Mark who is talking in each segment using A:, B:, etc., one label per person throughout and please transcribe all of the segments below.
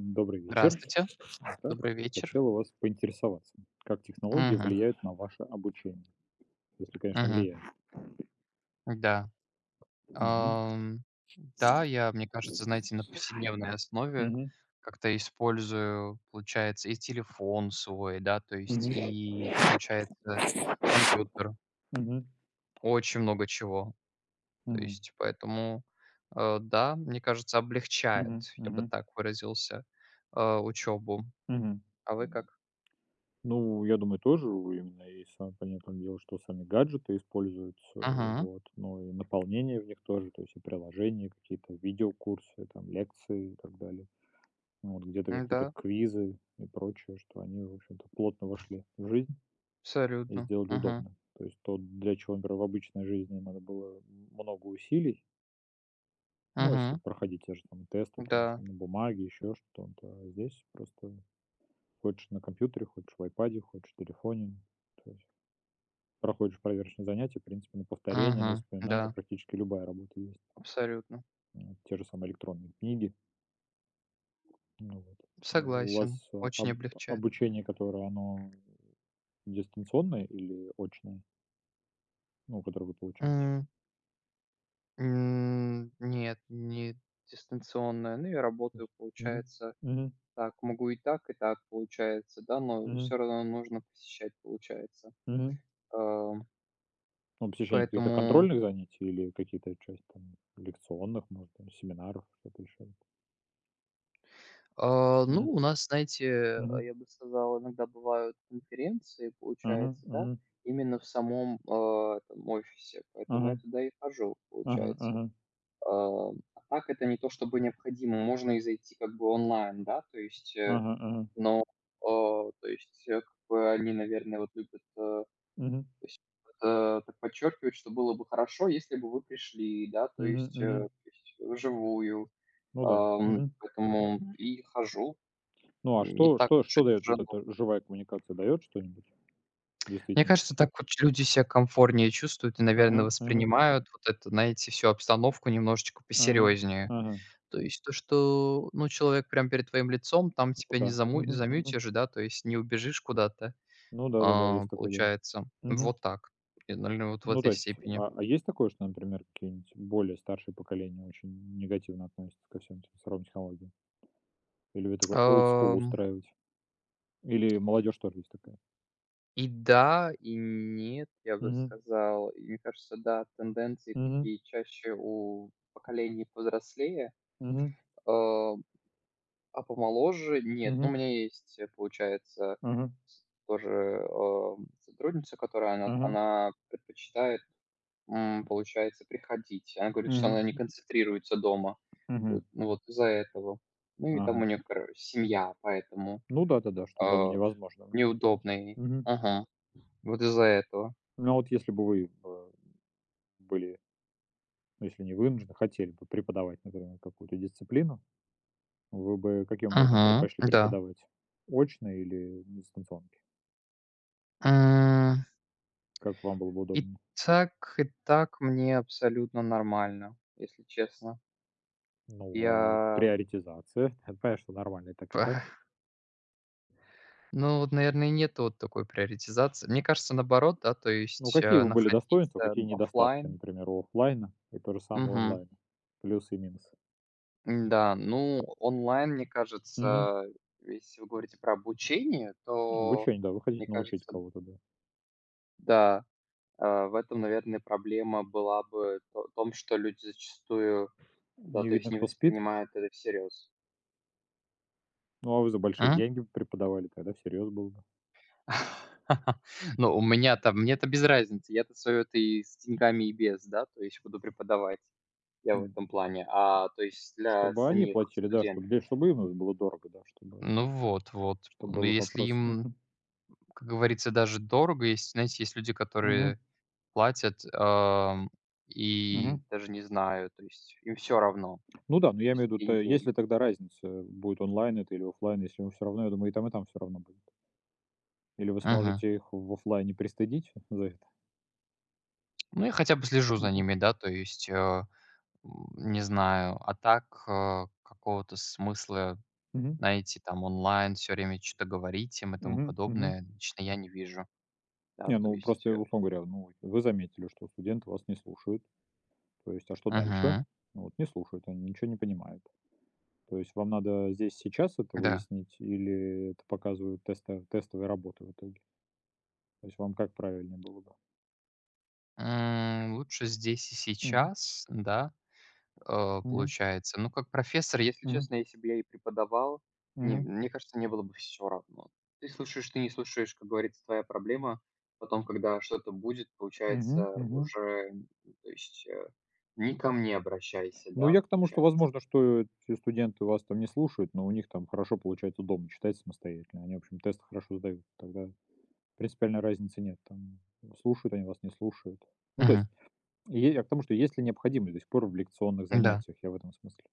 A: Добрый вечер.
B: Здравствуйте,
A: Итак,
B: добрый вечер.
A: хотел у вас поинтересоваться, как технологии
B: Мгм,
A: влияют на ваше обучение? Если, конечно,
B: мгм.
A: влияют.
B: Да,
A: Мгм.
B: ам, да, мне кажется, знаете, на повседневной основе
A: Мгм.
B: как-то использую, получается, и телефон свой, да, то есть
A: Мгм.
B: и, получается, компьютер.
A: Мгм.
B: Очень много чего. То
A: Мгм.
B: есть поэтому, да, мне кажется,
A: Мгм.
B: облегчает, я бы
A: Мгм.
B: так выразился, учебу.
A: Мгм.
B: А вы как?
A: Ну, я думаю, тоже именно и сам, понятное дело, что сами гаджеты используются,
B: Угу,
A: вот, но и наполнение в них тоже, то есть и приложения, какие-то видеокурсы, там, лекции и так далее. Ну, вот где-то какие-то
B: да,
A: квизы и прочее, что они, в общем-то, плотно вошли в жизнь и
B: абсолютно.
A: сделали
B: Угу,
A: удобно. То есть то, для чего, например, в обычной жизни надо было много усилий, ну, если
B: угу,
A: проходить те же там тесты, там,
B: да,
A: на бумаге, еще что-то, а здесь просто хочешь на компьютере, хочешь в iPad, хочешь в телефоне, то есть проходишь проверочные занятия, в принципе, на повторение, на
B: угу,
A: воспоминания
B: да.
A: практически любая работа есть.
B: Абсолютно.
A: Те же самые электронные книги. Ну вот. У вас
B: Согласен, очень облегчает.
A: обучение, которое оно дистанционное или очное, ну, которое вы получаете?
B: М, нет, не дистанционная. Ну, я
A: То
B: работаю,
A: есть... Мгм.
B: получается,
A: Мгм.
B: так. Могу и так, получается, да, но
A: Мгм.
B: все равно нужно посещать, получается.
A: Мгм.
B: Ам,
A: Ну, посещение каких-то
B: Поэтому,
A: контрольных занятий или какие-то часть там лекционных, может, там семинаров, что-то еще?
B: а, ну,
A: Мгм.
B: у нас, знаете, а,
A: Мгм.
B: я бы сказал, иногда бывают конференции,
A: Ага,
B: получается, да,
A: ага,
B: именно в самом, а, этом офисе, поэтому я
A: ага,
B: туда и хожу,
A: ага,
B: получается.
A: ага,
B: А так это не то чтобы необходимо. Можно и зайти как бы онлайн, да,
A: ага, ага.
B: но, как бы они, наверное, вот любят, то
A: Мгм.
B: есть, э, так подчеркивают, что было бы хорошо, если бы вы пришли, да, то
A: Мгм,
B: есть, э,
A: мгм.
B: то есть вживую.
A: Ну да. Мгм.
B: Поэтому и хожу,
A: Ну, а
B: не
A: что
B: так
A: что
B: уж и
A: что дает вот
B: тяжело.
A: эта живая коммуникация? Дает что-нибудь в
B: Мне кажется,
A: действительности?
B: так вот люди себя комфортнее чувствуют и, наверное,
A: Ага, ага,
B: воспринимают вот это, знаете, всю обстановку немножечко
A: ага,
B: посерьезнее.
A: ага.
B: То есть то, что, ну, человек прям перед твоим лицом, там
A: Ну
B: тебя не
A: да.
B: заму
A: Мгм, мгм.
B: замьютишь, да, то есть не убежишь куда-то,
A: Ну да-да-да,
B: а,
A: есть такое дело.
B: получается.
A: Мгм.
B: Вот так. И, наверно, вот в
A: Ну, то
B: этой
A: есть,
B: степени.
A: а есть такое, что, например, какие-нибудь более старшие поколения очень негативно относятся ко всем этим цифровым технологиям? Или вы такой old school
B: Ам,
A: устраиваете? Или молодежь тоже есть такая?
B: и да, и нет, я бы
A: Мгм.
B: сказал. И мне кажется, да, тенденции
A: Мгм.
B: такие чаще у поколений повзрослее,
A: Мгм.
B: э, а помоложе нет. Ну, у
A: Мгм.
B: меня есть, получается,
A: Ага.
B: тоже, сотрудница, которая она
A: Ага.
B: она предпочитает, получается, приходить. Она говорит, что она
A: Мгм.
B: не концентрируется дома.
A: Мгм.
B: Вот, ну вот из-за этого. Ну и
A: Ага.
B: там у нее семья, поэтому
A: Ну да-да-да, что дома
B: э,
A: невозможно. Мгм.
B: неудобно ей.
A: Мгм.
B: Ага. Вот из-за этого.
A: Ну, а вот если бы вы, были, ну, если не вынуждены, хотели бы преподавать, например, какую-то дисциплину, вы бы каким образом
B: Ага,
A: предпочли
B: да.
A: преподавать? Очно или на...
B: М,
A: Как вам было бы
B: И
A: удобно?
B: так, и так мне абсолютно нормально, если честно.
A: Ну, а
B: Я...
A: приоритизация. Это, понятно, что нормально и так, и так.
B: П- Ну, вот, наверное, нет вот такой приоритизации. Мне кажется, наоборот, да, то
A: Ну,
B: есть,
A: какие бы были достоинства,
B: находиться
A: какие недостатки,
B: оффлайн.
A: например, у оффлайна и то же самое у
B: Мгм.
A: онлайна? Плюсы и минусы.
B: Да, ну, онлайн, мне
A: Мгм.
B: кажется, если вы говорите про обучение, то,
A: Обучение, да, вы
B: мне
A: хотите научить
B: кажется,
A: кого-то, да.
B: да, в этом, наверное, проблема была бы то в том, что люди зачастую, да,
A: Не
B: то
A: видно,
B: есть не
A: кто спит.
B: воспринимают это всерьез.
A: Ну, а вы за большие
B: М?
A: деньги бы преподавали, тогда всерьез было бы.
B: Ну, у меня-то, мне-то без разницы. Я-то свое-то и с деньгами, и без, да, то есть буду преподавать. Я в
A: М.
B: этом плане. А, то есть для
A: Чтобы они
B: самих
A: платили, да, чтобы,
B: студентов.
A: чтобы им было дорого, да, чтобы,
B: Ну вот, вот.
A: чтобы
B: Ну,
A: был
B: если
A: вопрос.
B: им,
A: Мгм.
B: как говорится, даже дорого. Есть, знаете, есть люди,
A: Мгм.
B: которые платят,
A: Мгм.
B: и даже не знаю, то есть им все равно,
A: Ну да, но
B: то
A: я
B: есть
A: имею в виду, то
B: деньги
A: есть
B: им.
A: ли тогда разница, будет онлайн это или оффлайн, если все равно, я думаю, и там все равно будет. Или вы
B: Мгм.
A: сможете их в офлайне пристыдить за это?
B: Ну, я хотя бы слежу за
A: Мгм.
B: ними, да, то есть, не знаю. А так, какого-то смысла,
A: Мгм.
B: знаете, там онлайн все время что то говорить им и тому
A: Мгм. Мгм.
B: подобное лично я не вижу. Да,
A: Не,
B: то
A: ну
B: есть,
A: просто, условно говоря, ну, вы заметили, что студенты вас не слушают. То есть, а что дальше?
B: Мгм.
A: Ну, вот не слушают, они ничего не понимают. То есть вам надо здесь сейчас это
B: Да.
A: выяснить, или это показывают тестовые работы в итоге? То есть вам как правильнее было бы?
B: Лучше здесь и
A: Мгм.
B: сейчас, да.
A: Мгм.
B: Получается. Ну, как профессор, если
A: Мгм.
B: честно, если бы я и преподавал, не,
A: Мгм.
B: мне кажется, не было бы все равно. Ты слушаешь, ты не слушаешь, как говорится, твоя проблема. Потом, когда что-то будет, получается,
A: Мгм. Мгм.
B: уже, то есть, не ко мне обращайся,
A: Ну,
B: да,
A: я к тому, что,
B: получается.
A: возможно, что эти студенты вас там не слушают, но у них там хорошо получается дома читать самостоятельно. Они, в общем, тесты хорошо сдают. Тогда принципиальной разницы нет. Там слушают они вас, не слушают. Ну, то
B: Мгм.
A: есть, е я к тому, что есть ли необходимость до сих пор в лекционных
B: Да,
A: занятиях, я в этом смысле.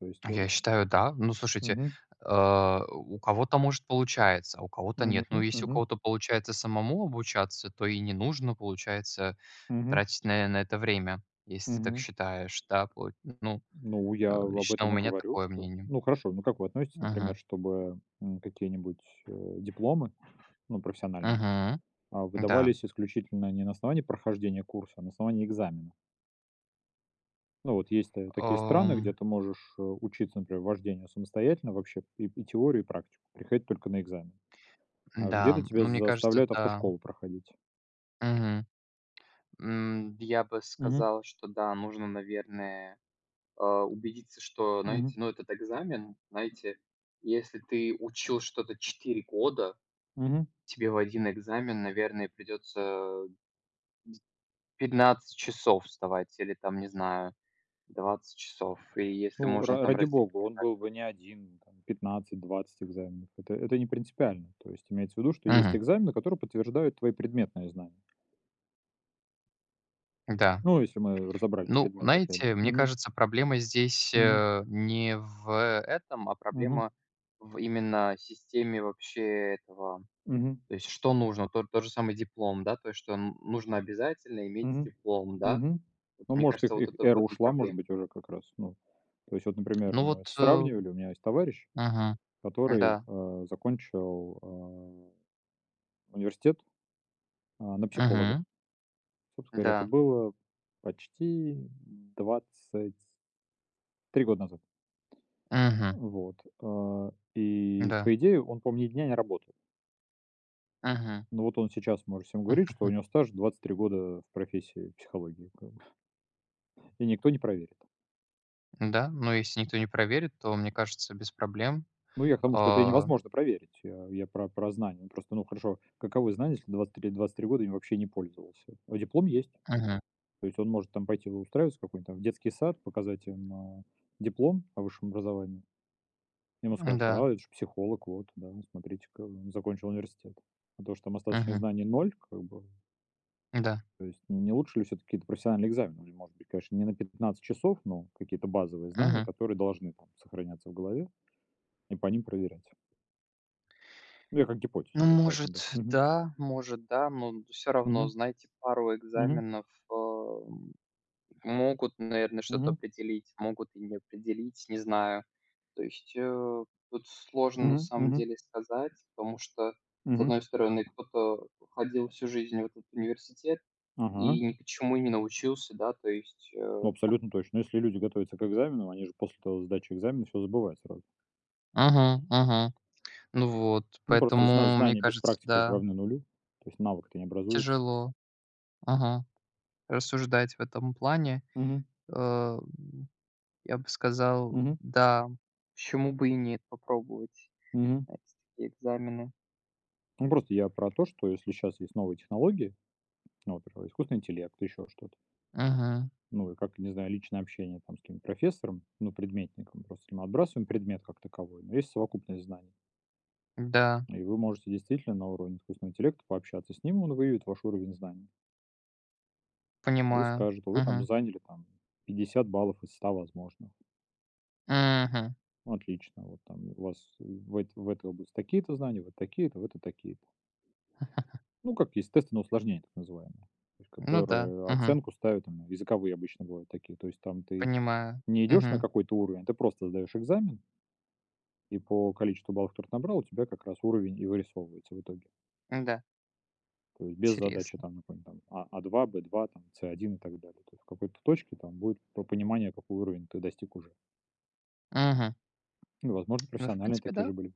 A: То есть,
B: я считаю, да. Ну, слушайте,
A: Мгм.
B: у кого-то, может, получается, а у кого-то
A: Мгм.
B: нет. Ну, если у
A: Мгм.
B: кого-то получается самому обучаться, то и не нужно, получается,
A: Мгм.
B: тратить на это время, если ты так
A: Мгм.
B: считаешь, да, пол ну,
A: Ну, я об
B: лично у
A: этом и
B: меня
A: говорю.
B: такое
A: Что
B: мнение.
A: Ну, хорошо, ну, как вы относитесь, например,
B: Мгм.
A: чтобы, какие-нибудь, дипломы, ну, профессиональные,
B: Мгм. Да.
A: выдавались исключительно не на основании прохождения курса, а на основании экзамена. Ну, вот есть та такие страны, где
B: Ам,
A: ты можешь, учиться, например, вождению самостоятельно вообще, и теорию, и практику, приходить только на экзамен. А
B: да,
A: где-то тебя
B: ну, мне кажется,
A: заставляют
B: да.
A: автошколу проходить.
B: Мгм. Я бы
A: Мгм,
B: сказал, что да, нужно, наверное, убедиться, что,
A: мгм,
B: знаете, ну, этот экзамен, знаете, если ты учил что-то 4 года,
A: мгм.
B: тебе в один экзамен, наверное, придется 15 часов вставать или там, не знаю. 20 часов. И если
A: Ну,
B: можно
A: ра
B: там
A: ради
B: разделить
A: бога, он
B: на.
A: был бы не один, там 15-20 экзаменов. Это не принципиально. То есть имеется в виду, что есть
B: Мгм.
A: экзамены, которые подтверждают твои предметные знания.
B: Да.
A: Ну, если мы разобрали
B: Ну,
A: предмет опять же.
B: знаете, мне
A: Мгм,
B: кажется, проблема здесь,
A: мгм,
B: не в этом, а
A: мгм,
B: проблема в именно системе вообще этого.
A: мгм.
B: То есть что нужно? Тот же самый диплом, да, то есть что н нужно обязательно иметь
A: Мгм.
B: диплом, да.
A: Мгм.
B: Вот
A: Ну,
B: мне
A: может,
B: кажется,
A: их
B: вот
A: их
B: это, в
A: эра
B: этом
A: ушла, может
B: проблема.
A: быть, уже как раз. Ну, то есть вот, например,
B: Ну
A: мы
B: вот,
A: сравнивали, у меня есть товарищ,
B: мгм.
A: который,
B: Да.
A: закончил, университет, на психолога.
B: Мгм.
A: Собственно говоря, это
B: Да.
A: было почти 23 года назад.
B: Мгм.
A: Вот, и,
B: Да.
A: по идее, он, по-моему, ни дня не работал.
B: Мгм.
A: Но вот он сейчас может всем говорить, что у него стаж 23 года в профессии психологии, как бы, и никто не проверит.
B: Да, но если никто не проверит, то, мне кажется, без проблем.
A: Ну, я к тому, что это и
B: А,
A: невозможно проверить. Я про знания. Ну, просто, ну, хорошо, каковы знания, если 23 года им вообще не пользовался? А диплом есть.
B: мгм.
A: То есть он может там пойти устраиваться в какой-нибудь там в детский сад, показать им, диплом о высшем образовании. Ему скажут:
B: Да,
A: "А, это же психолог, вот, да, смотрите, закончил университет". А то, что там остаточных
B: мгм.
A: знаний ноль, как бы,
B: Да,
A: то есть не лучше ли все таки какие-то профессиональные экзамены? Или, может быть, конечно, не на 15 часов, но какие-то базовые знания,
B: мгм.
A: которые должны там сохраняться в голове, и по ним проверять. Ну, я как гипотезу,
B: Ну,
A: я поэтому да. Мгм.
B: может, да, но все равно,
A: Мгм,
B: знаете, пару
A: мгм,
B: экзаменов, ам, могут, наверное, что-то
A: мгм,
B: определить, могут и не определить, не знаю. То есть, тут сложно на
A: мгм,
B: самом
A: мгм,
B: деле сказать, потому что, с
A: мгм.
B: одной стороны, кто-то ходил всю жизнь в этот университет
A: Ага.
B: и ни к чему не научился, да, то есть,
A: Ну, абсолютно точно. Ну, если люди готовятся к экзамену, они же после того сдачи экзамена все забывают сразу.
B: Мгм, мгм. Ну вот,
A: Ну, просто
B: поэтому, мне
A: знание без
B: кажется,
A: практики же
B: да.
A: равны нулю, то есть навык-то не образуется.
B: Тяжело, ага, рассуждать в этом плане.
A: Мгм,
B: Э, я бы сказал,
A: мгм,
B: да, почему бы и нет попробовать,
A: мгм.
B: знаете, такие экзамены.
A: Ну, просто я про то, что если сейчас есть новые технологии, ну, вот, искусственный интеллект, еще что-то,
B: Мгм.
A: ну, и как, не знаю, личное общение там с каким то профессором, ну, предметником, просто если мы отбрасываем предмет как таковой, но есть совокупность знаний.
B: Да,
A: И вы можете действительно на уровне искусственного интеллекта пообщаться с ним, он выявит ваш уровень знаний. И
B: понимаю.
A: скажут: "Вы там
B: Мгм.
A: заняли там 50 баллов из 100, возможно.
B: Мгм.
A: Отлично. Вот там у вас в эт в этой области такие-то знания, вот такие-то, в этой такие-то". Ну, как есть тесты на усложнение так называемые, то есть
B: Ну да,
A: которые
B: мгм,
A: оценку ставят там, языковые обычно бывают такие. То есть там ты
B: понимаю.
A: не идешь на
B: Мгм.
A: какой-то уровень, а ты просто сдаешь экзамен, и по количеству баллов, которые ты набрал, у тебя как раз уровень и вырисовывается в итоге.
B: Да,
A: То есть без задачи
B: интересно.
A: там какой-нибудь там А А2, б два, там с один и так далее. То есть в какой-то точке там будет по понимание, какой уровень ты достиг уже.
B: Мгм.
A: Ну, возможно,
B: Ну, в
A: профессиональные
B: принципе,
A: такие
B: да,
A: же были бы.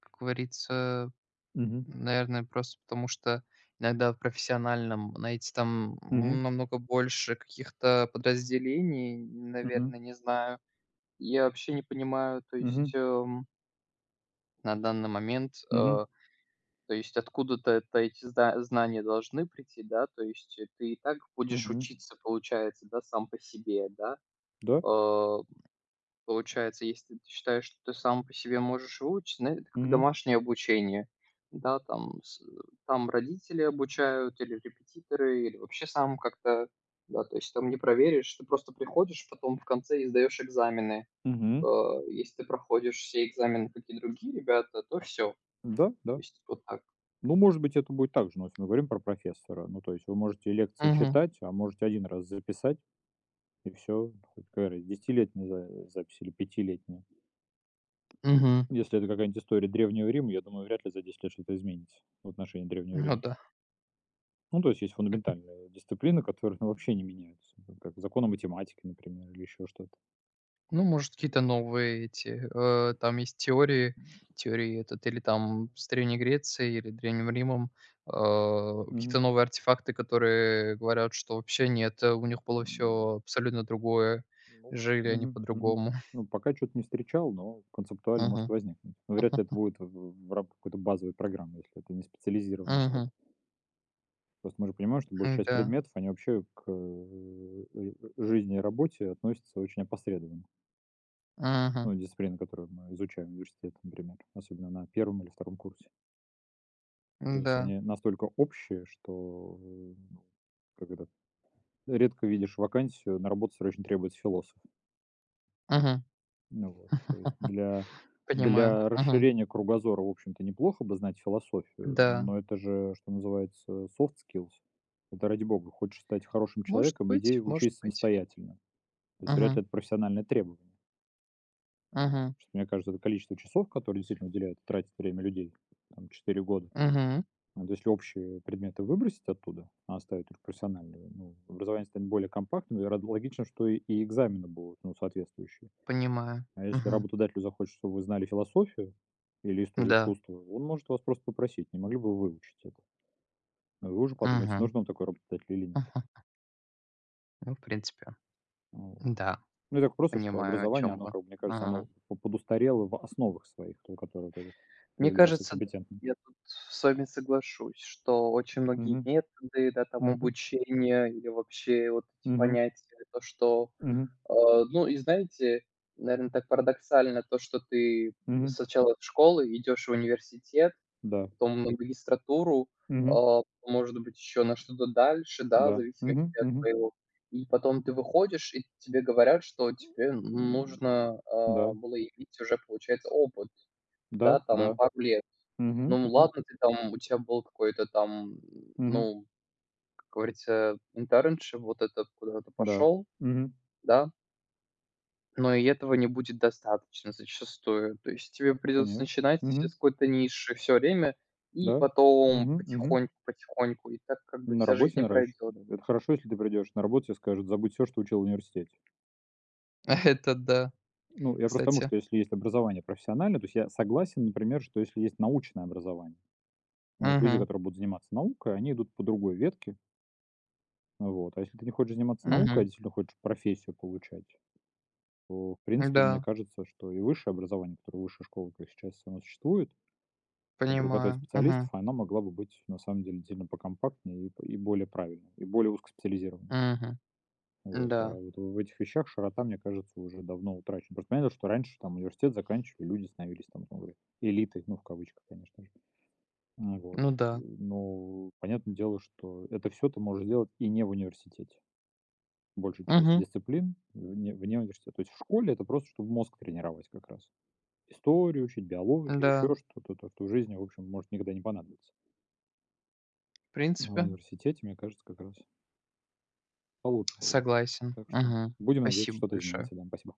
B: как говорится,
A: Мгм.
B: наверное, просто потому что иногда в профессиональном, знаете, там,
A: Мгм.
B: намного больше каких-то подразделений,
A: Мгм.
B: наверное, не знаю. Я вообще не понимаю, то есть,
A: Мгм.
B: на данный момент,
A: Мгм.
B: то есть откуда-то эти зда знания должны прийти, да, то есть, ты и так будешь
A: Мгм.
B: учиться, получается, да, сам по себе, да.
A: Да.
B: Э, Получается, если ты считаешь, что ты сам по себе можешь выучить, ну, это как
A: Мгм.
B: домашнее обучение, да, там родители обучают, или репетиторы, или вообще сам как-то, да, то есть там не проверишь, ты просто приходишь потом в конце и сдаешь экзамены.
A: Мгм.
B: э, Если ты проходишь все экзамены, как и другие ребята, то все.
A: Да,
B: То
A: да.
B: есть вот так.
A: Ну, может быть, это будет так же, но если мы говорим про профессора. Ну, то есть вы можете лекции
B: Мгм,
A: читать, а можете один раз записать, и все. Хоть какая разница, десятилетняя за запись или пятилетняя.
B: мгм.
A: Если это какая-нибудь история Древнего Рима, я думаю, вряд ли за 10 лет что-то изменится в отношении Древнего
B: Ну
A: Рима.
B: да.
A: Ну, то есть есть фундаментальные дисциплины, которые, ну, вообще не меняются, ну, как законы математики, например, или еще что-то.
B: Ну, может, какие-то новые эти, там есть теории, этот или там с Древней Грецией или Древним Римом, какие-то новые артефакты, которые говорят, что вообще нет, у них было все
A: Мгм.
B: абсолютно другое,
A: Ну,
B: жили они
A: мгм, мгм.
B: по-другому.
A: Ну, пока что то не встречал, но концептуально может
B: Мгм,
A: возникнуть. Но вряд ли это будет в рамках какой-то базовой программы, если это не специализированное что-то.
B: мгм,
A: Просто мы же понимаем, что
B: мгм.
A: большая часть
B: Да,
A: предметов, они вообще к жизни и работе относятся очень опосредованно.
B: мгм,
A: Ну, дисциплины, которые мы изучаем в университете, например, особенно на первом или втором курсе. То есть
B: да,
A: они настолько общие, что ну, как это, редко видишь вакансию, на работу срочно требуется философ.
B: мгм.
A: Ну вот, то есть
B: Понимаю,
A: для
B: мгм,
A: расширения кругозора, в общем-то, неплохо бы знать философию,
B: да.
A: но это же, что называется, soft skills. Это ради бога. Хочешь стать хорошим
B: Может
A: человеком,
B: быть,
A: иди
B: может
A: учись
B: быть.
A: самостоятельно. То есть вряд
B: Мгм,
A: ли это профессиональное требование.
B: мгм,
A: Что, мне кажется, это количество часов, которые действительно уделяют, тратит время людей, там, 4 года.
B: мгм.
A: Вот если общие предметы выбросить оттуда, а оставить только профессиональные, ну, образование станет более компактным, и логично, что и экзамены будут, ну, соответствующие.
B: Понимаю.
A: А если
B: Мгм.
A: работодателю захочет, чтобы вы знали философию или историю
B: Да.
A: искусства, он может вас просто попросить, не могли бы вы выучить это. А вы уже подумайте,
B: Мгм.
A: нужен вам такой работодатель или нет.
B: Мгм. Ну, в принципе,
A: Вот.
B: да,
A: Ну, и так просто, что
B: понимаю, о
A: образование,
B: чем
A: оно,
B: вы.
A: как бы, мне кажется, оно
B: Мгм.
A: подустарело в основах своих, то, которое вот это
B: Мне
A: является
B: кажется, да,
A: компетентным.
B: я тут с вами соглашусь, что очень многие
A: Мгм.
B: методы, да, там
A: Мгм.
B: обучения или вообще вот эти
A: Мгм.
B: понятия, то, что,
A: Мгм.
B: э, ну, и знаете, наверное, так парадоксально то, что ты
A: Мгм.
B: сначала в школу, идешь в университет,
A: Да.
B: потом на магистратуру,
A: Мгм.
B: а, может быть, еще на что-то дальше, да, в
A: Да. Мгм.
B: зависимости от
A: Мгм.
B: твоего. И потом ты выходишь, и тебе говорят, что тебе
A: М,
B: нужно,
A: Да.
B: а, было иметь уже, получается, опыт,
A: Да.
B: да, там
A: Да.
B: пару лет.
A: Мгм.
B: Ну
A: Мгм.
B: ладно, ты там у тебя был какой-то там,
A: Мгм.
B: ну, как говорится, internship, вот это, куда то
A: Да.
B: пошел,
A: Мгм.
B: да. Но и этого не будет достаточно зачастую. То есть тебе придется
A: Конечно.
B: начинать
A: Мгм.
B: с какой-то ниши все время и
A: Да.
B: потом
A: Мгм. Мгм.
B: потихоньку, потихоньку, и так как бы
A: На
B: вся жизнь
A: работе
B: и
A: наращивать,
B: пройдет.
A: да. Это хорошо, если ты придешь на работу, и скажут: "Забудь все, что учил в университете".
B: Это да,
A: Ну, я просто тому,
B: кстати.
A: что если есть образование профессиональное, то есть я согласен, например, что если есть научное образование, ну, вот люди,
B: Мгм,
A: которые будут заниматься наукой, они идут по другой ветке. Вот. А если ты не хочешь заниматься наукой, а
B: мгм.
A: действительно хочешь профессию получать, то, в принципе, мне
B: Да,
A: кажется, что и высшее образование, которое высшая школа, как сейчас оно существует, которое готовит
B: понимаю.
A: специалистов,
B: Мгм,
A: она могла бы быть, на самом деле, сильно покомпактнее и более правильной, и более узкоспециализированной.
B: мгм.
A: Вот, а
B: Да,
A: вот в этих вещах широта, мне кажется, уже давно утрачена. Просто понятно, что раньше там университет заканчивали, люди становились там, условно говоря, элитой, ну, в кавычках, конечно же. М, Вот.
B: ну да.
A: Но понятное дело, что это все ты можешь делать и не в университете. Большая часть
B: Мгм,
A: дисциплин вне университета. То есть в школе это просто, чтобы мозг тренировать как раз. Историю учить, биологию,
B: да.
A: еще что-то, то, что в жизни, в общем, может никогда не понадобиться.
B: В
A: А в
B: принципе,
A: университете, мне кажется, как раз получше было бы.
B: согласен.
A: Так что
B: Мгм.
A: будем надеяться,
B: Спасибо
A: что-то
B: большое.
A: изменится. Да, спасибо.